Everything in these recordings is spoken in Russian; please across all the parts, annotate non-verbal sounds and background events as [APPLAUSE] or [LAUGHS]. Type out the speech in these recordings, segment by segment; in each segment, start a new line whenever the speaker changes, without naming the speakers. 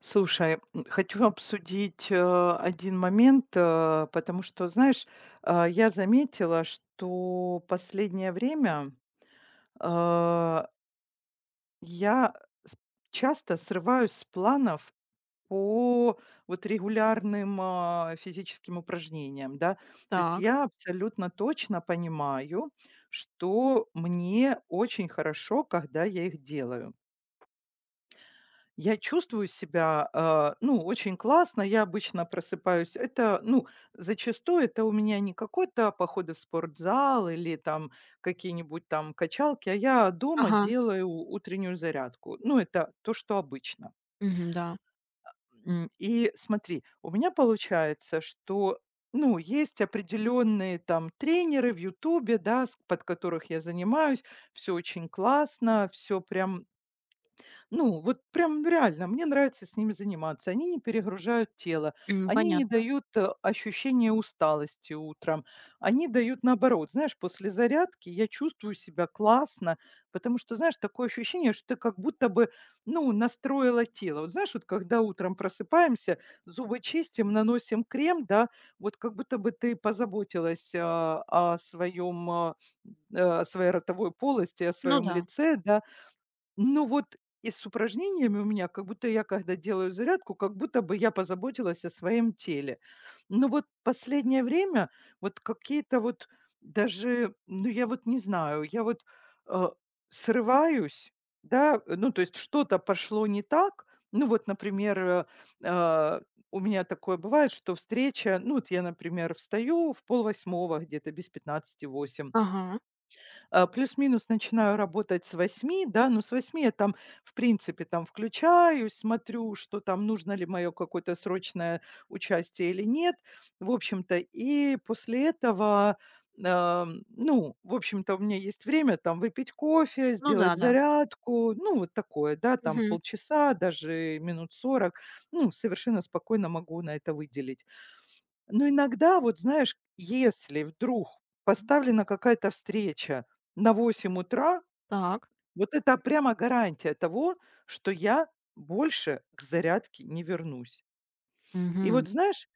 Слушай, хочу обсудить один момент, потому что, знаешь, я заметила, что последнее время а, я с- часто срываюсь с планов по вот регулярным физическим упражнениям, да. То есть
Так.
я абсолютно точно понимаю, что мне очень хорошо, когда я их делаю. Я чувствую себя, ну, очень классно. Я обычно просыпаюсь. Это, ну, зачастую это у меня не какой-то походы в спортзал или там какие-нибудь там качалки, а я дома
Ага.
делаю утреннюю зарядку. Ну, это то, что обычно.
Мгм, да.
И смотри, у меня получается, что, ну, есть определенные там тренеры в "Ютубе", да, с под которых я занимаюсь. Все очень классно, все прям, ну, вот прям реально, мне нравится с ними заниматься. Они не перегружают тело, они не
Понятно.
дают ощущения усталости утром, они дают наоборот. Знаешь, после зарядки я чувствую себя классно, потому что, знаешь, такое ощущение, что ты как будто бы, ну, настроила тело. Вот знаешь, вот когда утром просыпаемся, зубы чистим, наносим крем, да, вот как будто бы ты позаботилась о своем, о своей ротовой полости, о
Ну
своем
да.
лице, да, ну вот и с упражнениями у меня, как будто я когда делаю зарядку, как будто бы я позаботилась о своем теле. Но вот последнее время вот какие-то вот даже, ну я вот не знаю, э, срываюсь, да, ну то есть что-то пошло не так. Ну вот, например, а, у меня такое бывает, что встреча, ну вот я, например, встаю в полвосьмого где-то без пятнадцати 8
Ага.
плюс-минус начинаю работать с восьми, да, но с восьми я там, в принципе, там включаюсь, смотрю, что там, нужно ли мое какое-то срочное участие или нет, в общем-то. И после этого, ну, в общем-то, у меня есть время там выпить кофе,
Ну
сделать
да, да.
зарядку, ну, вот такое, да, там
Мгм.
полчаса, даже минут 40, ну, совершенно спокойно могу на это выделить. Но иногда, вот знаешь, если вдруг поставлена какая-то встреча на 8 утра,
Так.
вот это прямо гарантия того, что я больше к зарядке не вернусь. И
Мгм.
вот знаешь,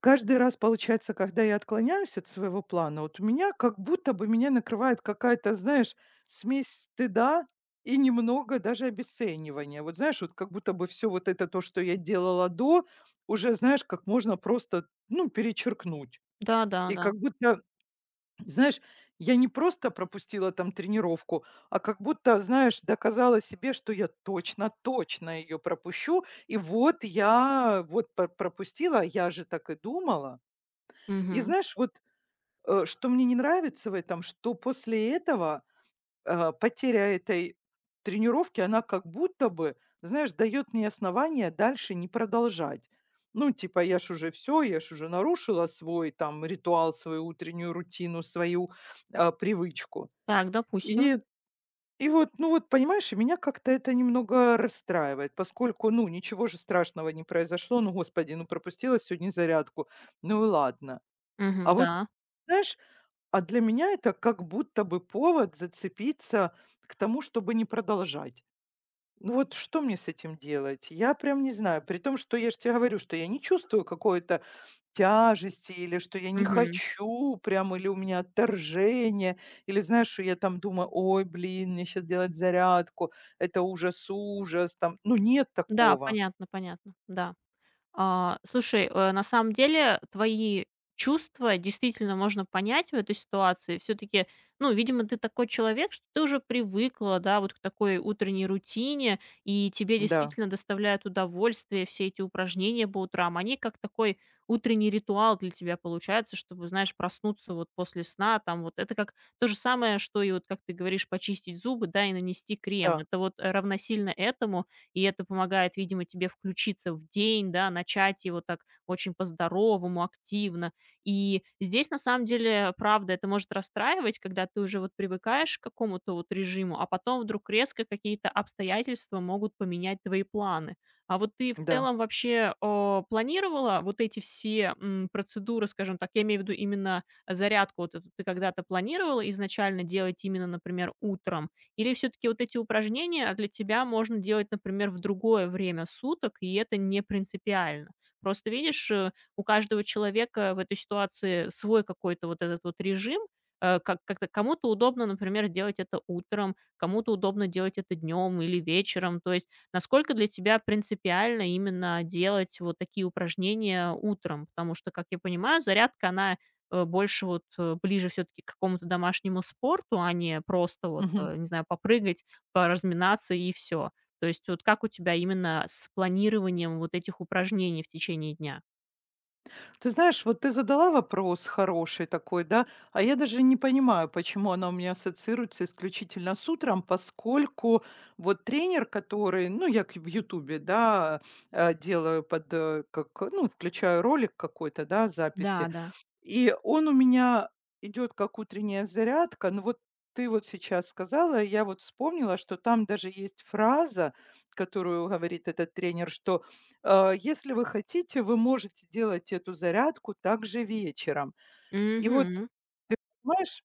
каждый раз получается, когда я отклоняюсь от своего плана, вот у меня как будто бы меня накрывает какая-то, знаешь, смесь стыда и немного даже обесценивания. Вот знаешь, вот как будто бы все вот это то, что я делала до, уже, знаешь, как можно просто, ну, перечеркнуть.
Да, да,
И
да.
как будто, знаешь, я не просто пропустила там тренировку, а как будто, знаешь, доказала себе, что я точно, точно ее пропущу. И вот я вот пропустила, а я же так и думала. И
Мгм.
знаешь, вот что мне не нравится в этом, что после этого потеря этой тренировки, она как будто бы, знаешь, дает мне основания дальше не продолжать. Ну, типа, я ж уже все, я ж уже нарушила свой там ритуал, свою утреннюю рутину, свою привычку.
Так, допустим.
И, и вот, ну вот, понимаешь, и меня как-то это немного расстраивает, поскольку, ну, ничего же страшного не произошло, ну, господи, ну, пропустила сегодня зарядку, ну и ладно.
Мгм,
А вот,
да.
знаешь, а для меня это как будто бы повод зацепиться к тому, чтобы не продолжать. Ну вот что мне с этим делать? Я прям не знаю. При том, что я же тебе говорю, что я не чувствую какой-то тяжести, или что я не
Мгм.
хочу, прям, или у меня отторжение, или знаешь, что я там думаю, ой, блин, мне сейчас делать зарядку, это ужас, ужас, там, ну нет
Да,
такого,
понятно, понятно. Да. А, слушай, на самом деле твои чувства действительно можно понять в этой ситуации. Все-таки, ну, видимо, ты такой человек, что ты уже привыкла, да, вот к такой утренней рутине, и тебе
да,
действительно доставляют удовольствие все эти упражнения по утрам. Они как такой утренний ритуал для тебя получается, чтобы, знаешь, проснуться вот после сна, там вот это как то же самое, что и вот, как ты говоришь, почистить зубы, да, и нанести крем.
да,
Это вот равносильно этому, и это помогает, видимо, тебе включиться в день, да, начать его так очень по-здоровому, активно. И здесь, на самом деле, правда, это может расстраивать, когда ты уже вот привыкаешь к какому-то вот режиму, а потом вдруг резко какие-то обстоятельства могут поменять твои планы. А вот ты в
да.
целом вообще планировала вот эти все процедуры, скажем так, я имею в виду именно зарядку, вот эту ты когда-то планировала изначально делать именно, например, утром, или все-таки вот эти упражнения для тебя можно делать, например, в другое время суток, и это не принципиально? Просто видишь, у каждого человека в этой ситуации свой какой-то вот этот вот режим, как-то кому-то удобно, например, делать это утром, кому-то удобно делать это днем или вечером. То есть насколько для тебя принципиально именно делать вот такие упражнения утром? Потому что, как я понимаю, зарядка, она больше вот, ближе все таки к какому-то домашнему спорту, а не просто вот, не знаю, попрыгать, поразминаться и все. То есть вот как у тебя именно с планированием вот этих упражнений в течение дня?
Ты знаешь, вот ты задала вопрос хороший такой, да, а я даже не понимаю, почему она у меня ассоциируется исключительно с утром, поскольку вот тренер, который, ну, я в Ютубе, да, делаю под, э, как, э, ну, включаю ролик какой-то, да,
Да,
записи,
да.
и он у меня идет как утренняя зарядка. Но вот ты вот сейчас сказала, я вот вспомнила, что там даже есть фраза, которую говорит этот тренер, что если вы хотите, вы можете делать эту зарядку также вечером. И вот,
Мгм.
знаешь,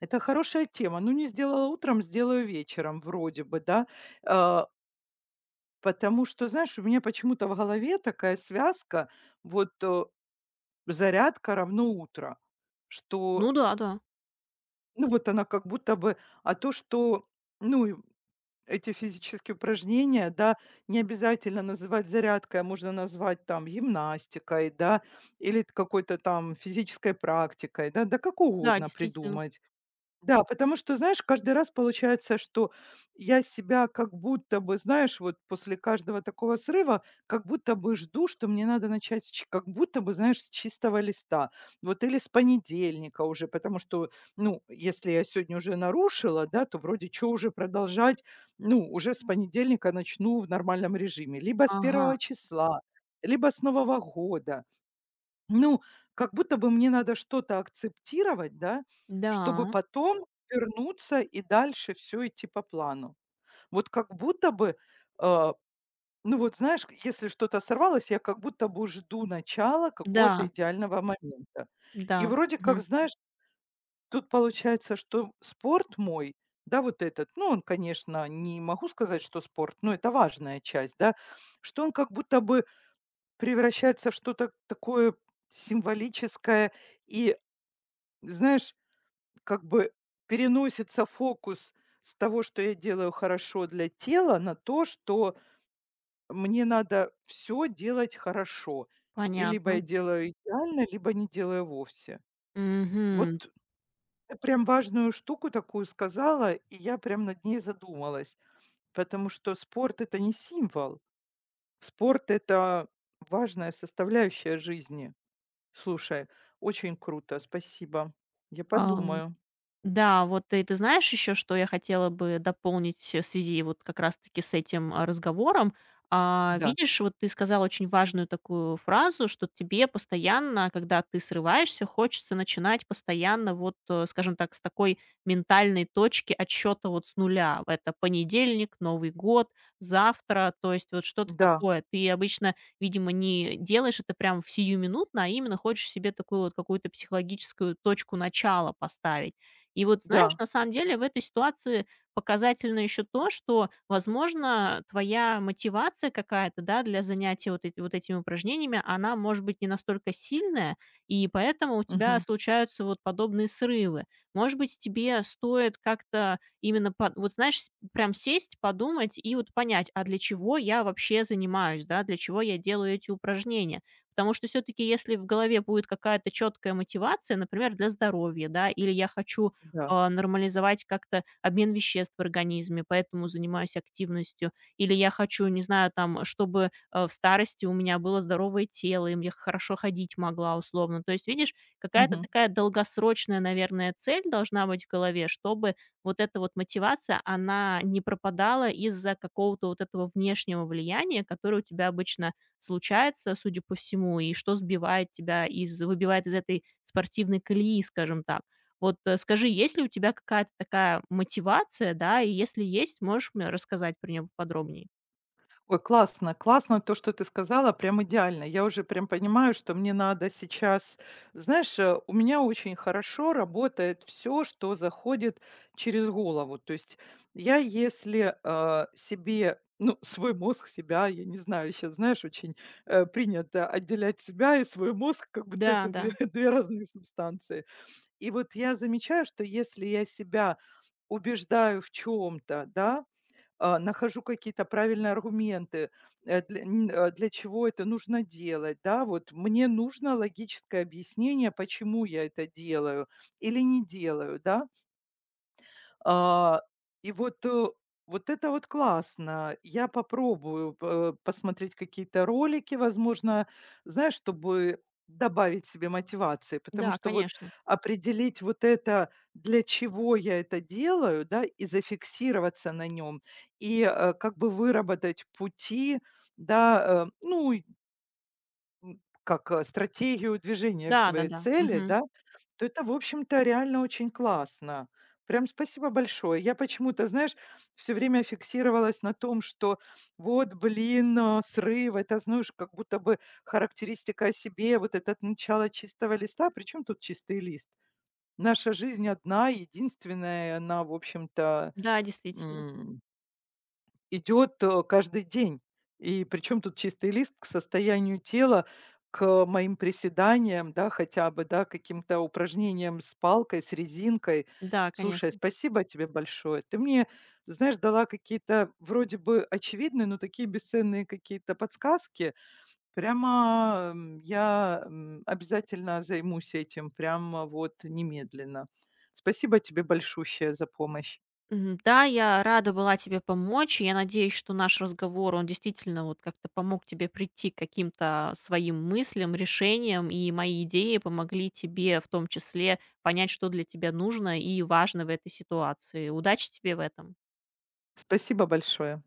это хорошая тема. Ну, не сделала утром, сделаю вечером, вроде бы, да. Э, потому что, знаешь, у меня почему-то в голове такая связка, вот зарядка равно утро что.
Ну да, да.
Ну, вот она как будто бы а то, что, ну, и эти физические упражнения, да, не обязательно называть зарядкой, а можно назвать там гимнастикой, да, или т какой-то там физической практикой, да, да как
Да,
угодно
действительно.
придумать. Да, потому что, знаешь, каждый раз получается, что я себя как будто бы, знаешь, вот после каждого такого срыва, как будто бы жду, что мне надо начать, как будто бы, знаешь, с чистого листа. Вот или с понедельника уже, потому что, ну, если я сегодня уже нарушила, да, то вроде что уже продолжать, ну, уже с понедельника начну в нормальном режиме. Либо с
Ага.
первого числа, либо с Нового года. Ну, как будто бы мне надо что-то акцептировать, да, чтобы
Да,
потом вернуться и дальше все идти по плану. Вот как будто бы, э, ну вот знаешь, если что-то сорвалось, я как будто бы жду начала какого-то
да,
идеального момента. И
да.
вроде как,
Мгм.
знаешь, тут получается, что спорт мой, да, вот этот, ну, он, конечно, не могу сказать, что спорт, но это важная часть, да, что он как будто бы превращается в что-то такое символическое и, знаешь, как бы переносится фокус с того, что я делаю хорошо для тела, на то, что мне надо все делать хорошо. И либо я
Понятно.
делаю идеально, либо не делаю вовсе.
Мгм.
Вот ты прям важную штуку такую сказала, и я прям над ней задумалась, потому что спорт- это не символ. Спорт- это важная составляющая жизни. Слушай, очень круто, спасибо. Я подумаю.
Да, вот и ты знаешь еще, что я хотела бы дополнить, в связи вот как раз-таки с этим, разговором. А,
Да,
видишь, вот ты сказала очень важную такую фразу, что тебе постоянно, когда ты срываешься, хочется начинать постоянно вот, скажем так, с такой ментальной точки отсчета вот с нуля. Это понедельник, Новый год, завтра, то есть вот что-то
да,
такое. Ты обычно, видимо, не делаешь это прям в сиюминутно, а именно хочешь себе такую вот какую-то психологическую точку начала поставить. И вот, знаешь,
да,
на самом деле в этой ситуации показательно еще то, что, возможно, твоя мотивация какая-то, да, для занятия вот, вот этими упражнениями, она может быть не настолько сильная, и поэтому у тебя
мгм,
случаются вот подобные срывы. Может быть, тебе стоит как-то именно, вот знаешь, прям сесть, подумать и вот понять, а для чего я вообще занимаюсь, да, для чего я делаю эти упражнения. Потому что все-таки, если в голове будет какая-то четкая мотивация, например, для здоровья, да, или я хочу
да,
нормализовать как-то обмен веществ в организме, поэтому занимаюсь активностью. Или я хочу, не знаю, там, чтобы, в старости у меня было здоровое тело, и я хорошо ходить могла условно. То есть, видишь, какая-то
мгм.
такая долгосрочная, наверное, цель должна быть в голове, чтобы вот эта вот мотивация, она не пропадала из-за какого-то вот этого внешнего влияния, которое у тебя обычно случается, судя по всему, и что сбивает тебя из выбивает из этой спортивной колеи, скажем так. Вот, скажи, есть ли у тебя какая-то такая мотивация, да, и если есть, можешь мне рассказать про нее подробнее.
Ой, классно, классно то, что ты сказала, прям идеально. Я уже прям понимаю, что мне надо сейчас знаешь, у меня очень хорошо работает все, что заходит через голову. То есть я, если, себе, ну, свой мозг, себя, я не знаю, сейчас, знаешь, очень, принято отделять себя и свой мозг, как будто это
Да,
две
да,
[LAUGHS] две разные субстанции. И вот я замечаю, что если я себя убеждаю в чем то да, нахожу какие-то правильные аргументы, для чего это нужно делать, да, вот мне нужно логическое объяснение, почему я это делаю или не делаю, да. А, и вот, э, вот это вот классно. Я попробую п посмотреть какие-то ролики, возможно, знаешь, чтобы добавить себе мотивации, потому
да,
что вот
конечно.
определить вот это, для чего я это делаю, да, и зафиксироваться на нем и, как бы выработать пути, да, ну, стратегию движения к своей
Да-да-да,
цели,
мгм.
да, то это, в общем-то, реально очень классно. Прям спасибо большое. Я почему-то, знаешь, все время фиксировалась на том, что вот, блин, срыв- это, знаешь, как будто бы характеристика о себе, вот это начало чистого листа. Причем тут чистый лист? Наша жизнь одна, единственная, и она, в общем-то,
Да, действительно.
идет, каждый день. И причем тут чистый лист к состоянию тела, к моим приседаниям, да, хотя бы, да, каким-то упражнениям с палкой, с резинкой.
Да,
Слушай,
конечно.
спасибо тебе большое. Ты мне, знаешь, дала какие-то вроде бы очевидные, но такие бесценные какие-то подсказки. Прямо, я, обязательно займусь этим, прямо вот немедленно. Спасибо тебе большущее за помощь.
Мгм. Да, я рада была тебе помочь. И я надеюсь, что наш разговор, он действительно вот как-то помог тебе прийти к каким-то своим мыслям, решениям, и мои идеи помогли тебе в том числе понять, что для тебя нужно и важно в этой ситуации. Удачи тебе в этом.
Спасибо большое.